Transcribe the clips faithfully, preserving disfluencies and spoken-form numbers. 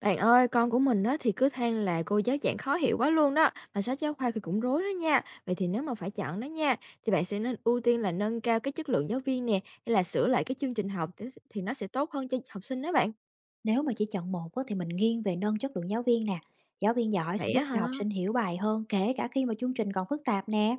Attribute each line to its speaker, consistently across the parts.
Speaker 1: Bạn ơi, con của mình đó thì cứ than là cô giáo giảng khó hiểu quá luôn đó, mà sách giáo khoa thì cũng rối đó nha. Vậy thì nếu mà phải chọn đó nha, thì bạn sẽ nên ưu tiên là nâng cao cái chất lượng giáo viên nè, hay là sửa lại cái chương trình học thì thì nó sẽ tốt hơn cho học sinh đó bạn.
Speaker 2: Nếu mà chỉ chọn một á, thì mình nghiêng về nâng chất lượng giáo viên nè. Giáo viên giỏi sẽ
Speaker 1: Vậy á
Speaker 2: giúp
Speaker 1: hả?
Speaker 2: cho học sinh hiểu bài hơn, kể cả khi mà chương trình còn phức tạp nè.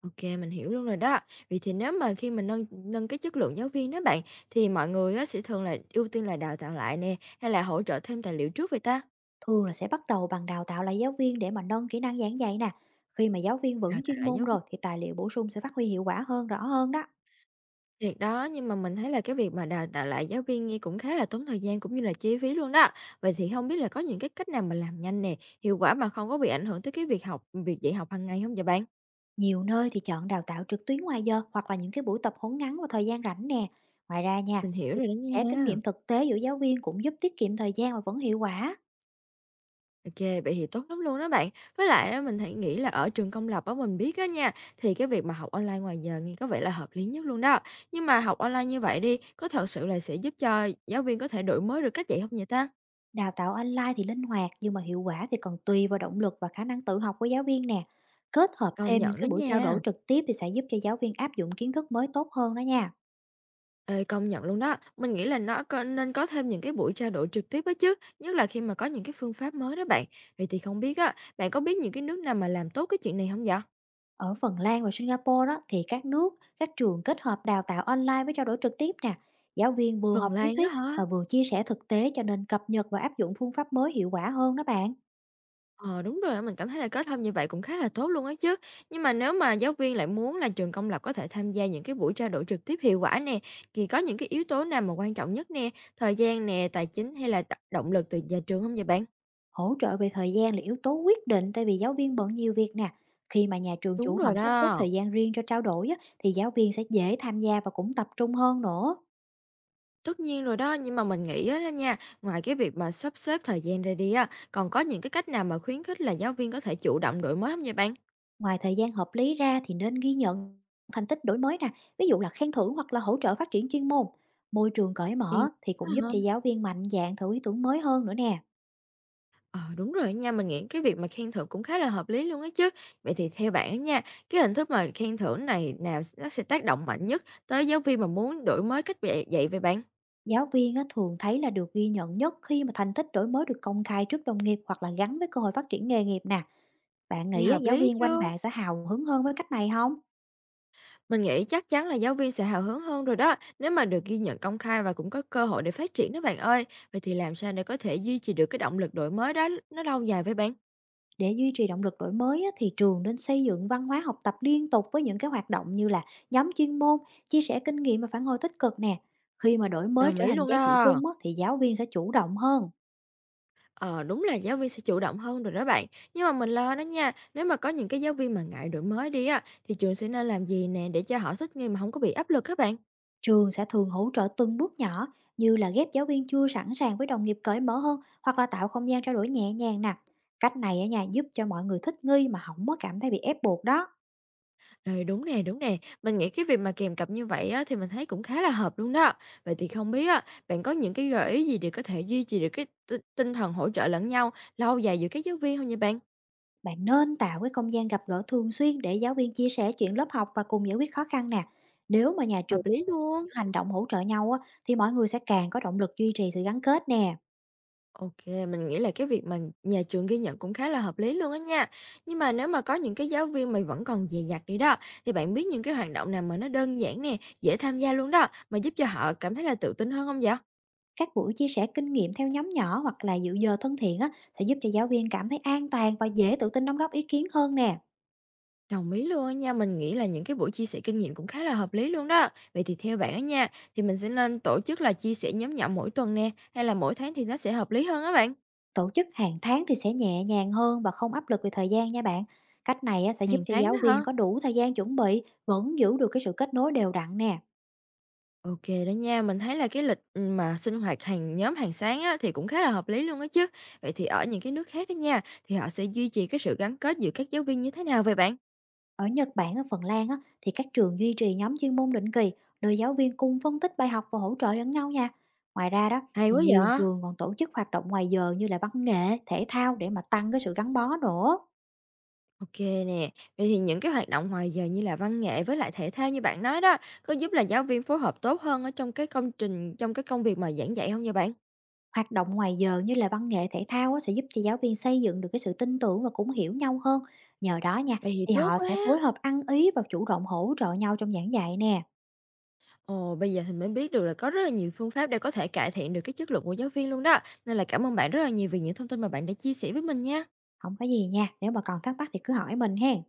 Speaker 1: Ok, mình hiểu luôn rồi đó. Vậy thì nếu mà khi mình nâng nâng cái chất lượng giáo viên đó bạn, thì mọi người á sẽ thường là ưu tiên là đào tạo lại nè, hay là hỗ trợ thêm tài liệu trước vậy ta?
Speaker 2: Thường là sẽ bắt đầu bằng đào tạo lại giáo viên để mà nâng kỹ năng giảng dạy nè. Khi mà giáo viên
Speaker 1: Đào
Speaker 2: vững
Speaker 1: tạo
Speaker 2: chuyên
Speaker 1: lại
Speaker 2: môn
Speaker 1: giáo viên.
Speaker 2: rồi, thì tài liệu bổ sung sẽ phát huy hiệu quả hơn, rõ hơn đó.
Speaker 1: Thiệt đó, nhưng mà mình thấy là cái việc mà đào tạo lại giáo viên nghe cũng khá là tốn thời gian cũng như là chi phí luôn đó. Vậy thì không biết là có những cái cách nào mà làm nhanh nè, hiệu quả mà không có bị ảnh hưởng tới cái việc học, việc dạy học hàng ngày không vậy bạn?
Speaker 2: Nhiều nơi thì chọn đào tạo trực tuyến ngoài giờ, hoặc là những cái buổi tập huấn ngắn vào thời gian rảnh nè. Ngoài ra nha,
Speaker 1: Mình hiểu
Speaker 2: thì
Speaker 1: rồi đó
Speaker 2: sẽ kinh
Speaker 1: nha.
Speaker 2: nghiệm thực tế giữa giáo viên cũng giúp tiết kiệm thời gian và vẫn hiệu quả.
Speaker 1: Ok, vậy thì tốt lắm luôn đó bạn. Với lại á, mình thấy nghĩ là ở trường công lập á mình biết á nha, thì cái việc mà học online ngoài giờ nghe có vẻ là hợp lý nhất luôn đó. Nhưng mà học online như vậy đi, có thật sự là sẽ giúp cho giáo viên có thể đổi mới được cách dạy không vậy ta?
Speaker 2: Đào tạo online thì linh hoạt, nhưng mà hiệu quả thì còn tùy vào động lực và khả năng tự học của giáo viên nè. Kết hợp
Speaker 1: Công
Speaker 2: thêm những
Speaker 1: nhận đó
Speaker 2: cái buổi trao
Speaker 1: nha.
Speaker 2: đổi trực tiếp thì sẽ giúp cho giáo viên áp dụng kiến thức mới tốt hơn đó nha.
Speaker 1: Ê, công nhận luôn đó. Mình nghĩ là nó có nên có thêm những cái buổi trao đổi trực tiếp á chứ, nhất là khi mà có những cái phương pháp mới đó bạn. Vậy thì không biết á, bạn có biết những cái nước nào mà làm tốt cái chuyện này không vậy?
Speaker 2: Ở Phần Lan và Singapore đó, thì các nước, các trường kết hợp đào tạo online với trao đổi trực tiếp nè. Giáo viên vừa
Speaker 1: Phần
Speaker 2: học lý
Speaker 1: Lan á
Speaker 2: thuyết
Speaker 1: hả?
Speaker 2: và vừa chia sẻ thực tế, cho nên cập nhật và áp dụng phương pháp mới hiệu quả hơn đó bạn.
Speaker 1: Ờ, đúng rồi á, mình cảm thấy là kết hợp như vậy cũng khá là tốt luôn á chứ. Nhưng mà nếu mà giáo viên lại muốn là trường công lập có thể tham gia những cái buổi trao đổi trực tiếp hiệu quả nè, thì có những cái yếu tố nào mà quan trọng nhất nè, thời gian nè, tài chính hay là t động lực từ nhà trường không vậy bạn?
Speaker 2: Hỗ trợ về thời gian là yếu tố quyết định, tại vì giáo viên bận nhiều việc nè. Khi mà nhà trường
Speaker 1: Đúng
Speaker 2: chủ
Speaker 1: rồi
Speaker 2: động sắp xếp
Speaker 1: đó.
Speaker 2: thời gian riêng cho trao đổi á, thì giáo viên sẽ dễ tham gia và cũng tập trung hơn nữa.
Speaker 1: Tất nhiên rồi đó, nhưng mà mình nghĩ á đó nha, ngoài cái việc mà sắp xếp thời gian ra đi á, còn có những cái cách nào mà khuyến khích là giáo viên có thể chủ động đổi mới không vậy bạn?
Speaker 2: Ngoài thời gian hợp lý ra, thì nên ghi nhận thành tích đổi mới nè, ví dụ là khen thưởng hoặc là hỗ trợ phát triển chuyên môn. Môi trường cởi mở
Speaker 1: Thì
Speaker 2: thì
Speaker 1: á
Speaker 2: cũng giúp
Speaker 1: hả?
Speaker 2: cho giáo viên mạnh dạn thử ý tưởng mới hơn nữa nè.
Speaker 1: Ờ, đúng rồi nha, mình nghĩ cái việc mà khen thưởng cũng khá là hợp lý luôn á chứ. Vậy thì theo bạn á nha, cái hình thức mà khen thưởng này nào nó sẽ tác động mạnh nhất tới giáo viên mà muốn đổi mới cách dạy dạy vậy bạn?
Speaker 2: Giáo viên á, thường thấy là được ghi nhận nhất khi mà thành tích đổi mới được công khai trước đồng nghiệp, hoặc là gắn với cơ hội phát triển nghề nghiệp nè. Bạn
Speaker 1: Nghe
Speaker 2: nghĩ á,
Speaker 1: hợp
Speaker 2: giáo
Speaker 1: lý
Speaker 2: viên quanh
Speaker 1: chưa?
Speaker 2: bạn sẽ hào hứng hơn với cách này không?
Speaker 1: Mình nghĩ chắc chắn là giáo viên sẽ hào hứng hơn rồi đó, nếu mà được ghi nhận công khai và cũng có cơ hội để phát triển đó bạn ơi. Vậy thì làm sao để có thể duy trì được cái động lực đổi mới đó nó lâu dài với bạn?
Speaker 2: Để duy trì động lực đổi mới á, thì trường nên xây dựng văn hóa học tập liên tục với những cái hoạt động như là nhóm chuyên môn, chia sẻ kinh nghiệm và phản hồi tích cực nè. Khi mà đổi mới
Speaker 1: Đồng
Speaker 2: trở
Speaker 1: ý
Speaker 2: thành
Speaker 1: luôn
Speaker 2: giá trị
Speaker 1: đó.
Speaker 2: chung á, thì giáo viên sẽ chủ động hơn.
Speaker 1: Ờ, đúng là giáo viên sẽ chủ động hơn rồi đó bạn. Nhưng mà mình lo đó nha, nếu mà có những cái giáo viên mà ngại đổi mới đi á, thì trường sẽ nên làm gì nè để cho họ thích nghi mà không có bị áp lực các bạn?
Speaker 2: Trường sẽ thường hỗ trợ từng bước nhỏ, như là ghép giáo viên chưa sẵn sàng với đồng nghiệp cởi mở hơn, hoặc là tạo không gian trao đổi nhẹ nhàng nè. Cách này ở nhà giúp cho mọi người thích nghi mà không có cảm thấy bị ép buộc đó.
Speaker 1: Ừ, đúng nè, đúng nè. Mình nghĩ cái việc mà kèm cặp như vậy á, thì mình thấy cũng khá là hợp luôn đó. Vậy thì không biết á, bạn có những cái gợi ý gì để có thể duy trì được cái tinh tinh thần hỗ trợ lẫn nhau lâu dài giữa các giáo viên không nha bạn?
Speaker 2: Bạn nên tạo cái không gian gặp gỡ thường xuyên để giáo viên chia sẻ chuyện lớp học và cùng giải quyết khó khăn nè. Nếu mà nhà
Speaker 1: Hợp
Speaker 2: trường
Speaker 1: lý luôn.
Speaker 2: hành động hỗ trợ nhau á, thì mọi người sẽ càng có động lực duy trì sự gắn kết nè.
Speaker 1: Ok, mình nghĩ là cái việc mà nhà trường ghi nhận cũng khá là hợp lý luôn á nha. Nhưng mà nếu mà có những cái giáo viên mà vẫn còn dè dặt đi đó, thì bạn biết những cái hoạt động nào mà nó đơn giản nè, dễ tham gia luôn đó, mà giúp cho họ cảm thấy là tự tin hơn không vậy?
Speaker 2: Các buổi chia sẻ kinh nghiệm theo nhóm nhỏ hoặc là dự giờ thân thiện á, sẽ giúp cho giáo viên cảm thấy an toàn và dễ tự tin đóng góp ý kiến hơn nè.
Speaker 1: Đồng ý luôn á nha, mình nghĩ là những cái buổi chia sẻ kinh nghiệm cũng khá là hợp lý luôn đó. Vậy thì theo bạn á nha, thì mình sẽ nên tổ chức là chia sẻ nhóm nhỏ mỗi tuần nè, hay là mỗi tháng thì nó sẽ hợp lý hơn á bạn?
Speaker 2: Tổ chức hàng tháng thì sẽ nhẹ nhàng hơn và không áp lực về thời gian nha bạn. Cách này á, sẽ giúp
Speaker 1: Hàng
Speaker 2: cho
Speaker 1: tháng đó
Speaker 2: giáo
Speaker 1: hả?
Speaker 2: viên có đủ thời gian chuẩn bị, vẫn giữ được cái sự kết nối đều đặn nè.
Speaker 1: Ok đó nha, mình thấy là cái lịch ừ, mà sinh hoạt hàng nhóm hàng sáng á, thì cũng khá là hợp lý luôn á chứ. Vậy thì ở những cái nước khác đó nha, thì họ sẽ duy trì cái sự gắn kết giữa các giáo viên như thế nào vậy bạn?
Speaker 2: Ở Nhật Bản, ở Phần Lan á, thì các trường duy trì nhóm chuyên môn định kỳ, nơi giáo viên cùng phân tích bài học và hỗ trợ lẫn nhau nha. Ngoài ra đó,
Speaker 1: Hay
Speaker 2: thì
Speaker 1: quá
Speaker 2: nhiều
Speaker 1: vậy?
Speaker 2: trường còn tổ chức hoạt động ngoài giờ như là văn nghệ, thể thao để mà tăng cái sự gắn bó nữa.
Speaker 1: OK nè, vậy thì những cái hoạt động ngoài giờ như là văn nghệ với lại thể thao như bạn nói đó, có giúp là giáo viên phối hợp tốt hơn ở trong cái công trình trong cái công việc mà giảng dạy không nha bạn?
Speaker 2: Hoạt động ngoài giờ như là văn nghệ, thể thao á, sẽ giúp cho giáo viên xây dựng được cái sự tin tưởng và cũng hiểu nhau hơn. Nhờ đó nha,
Speaker 1: Vậy thì
Speaker 2: thì
Speaker 1: tốt
Speaker 2: họ
Speaker 1: quá!
Speaker 2: sẽ phối hợp ăn ý và chủ động hỗ trợ nhau trong giảng dạy nè.
Speaker 1: Ồ, bây giờ thì mới biết được là có rất là nhiều phương pháp để có thể cải thiện được cái chất lượng của giáo viên luôn đó, nên là cảm ơn bạn rất là nhiều vì những thông tin mà bạn đã chia sẻ với mình nha.
Speaker 2: Không có gì nha, nếu mà còn thắc mắc thì cứ hỏi mình hen.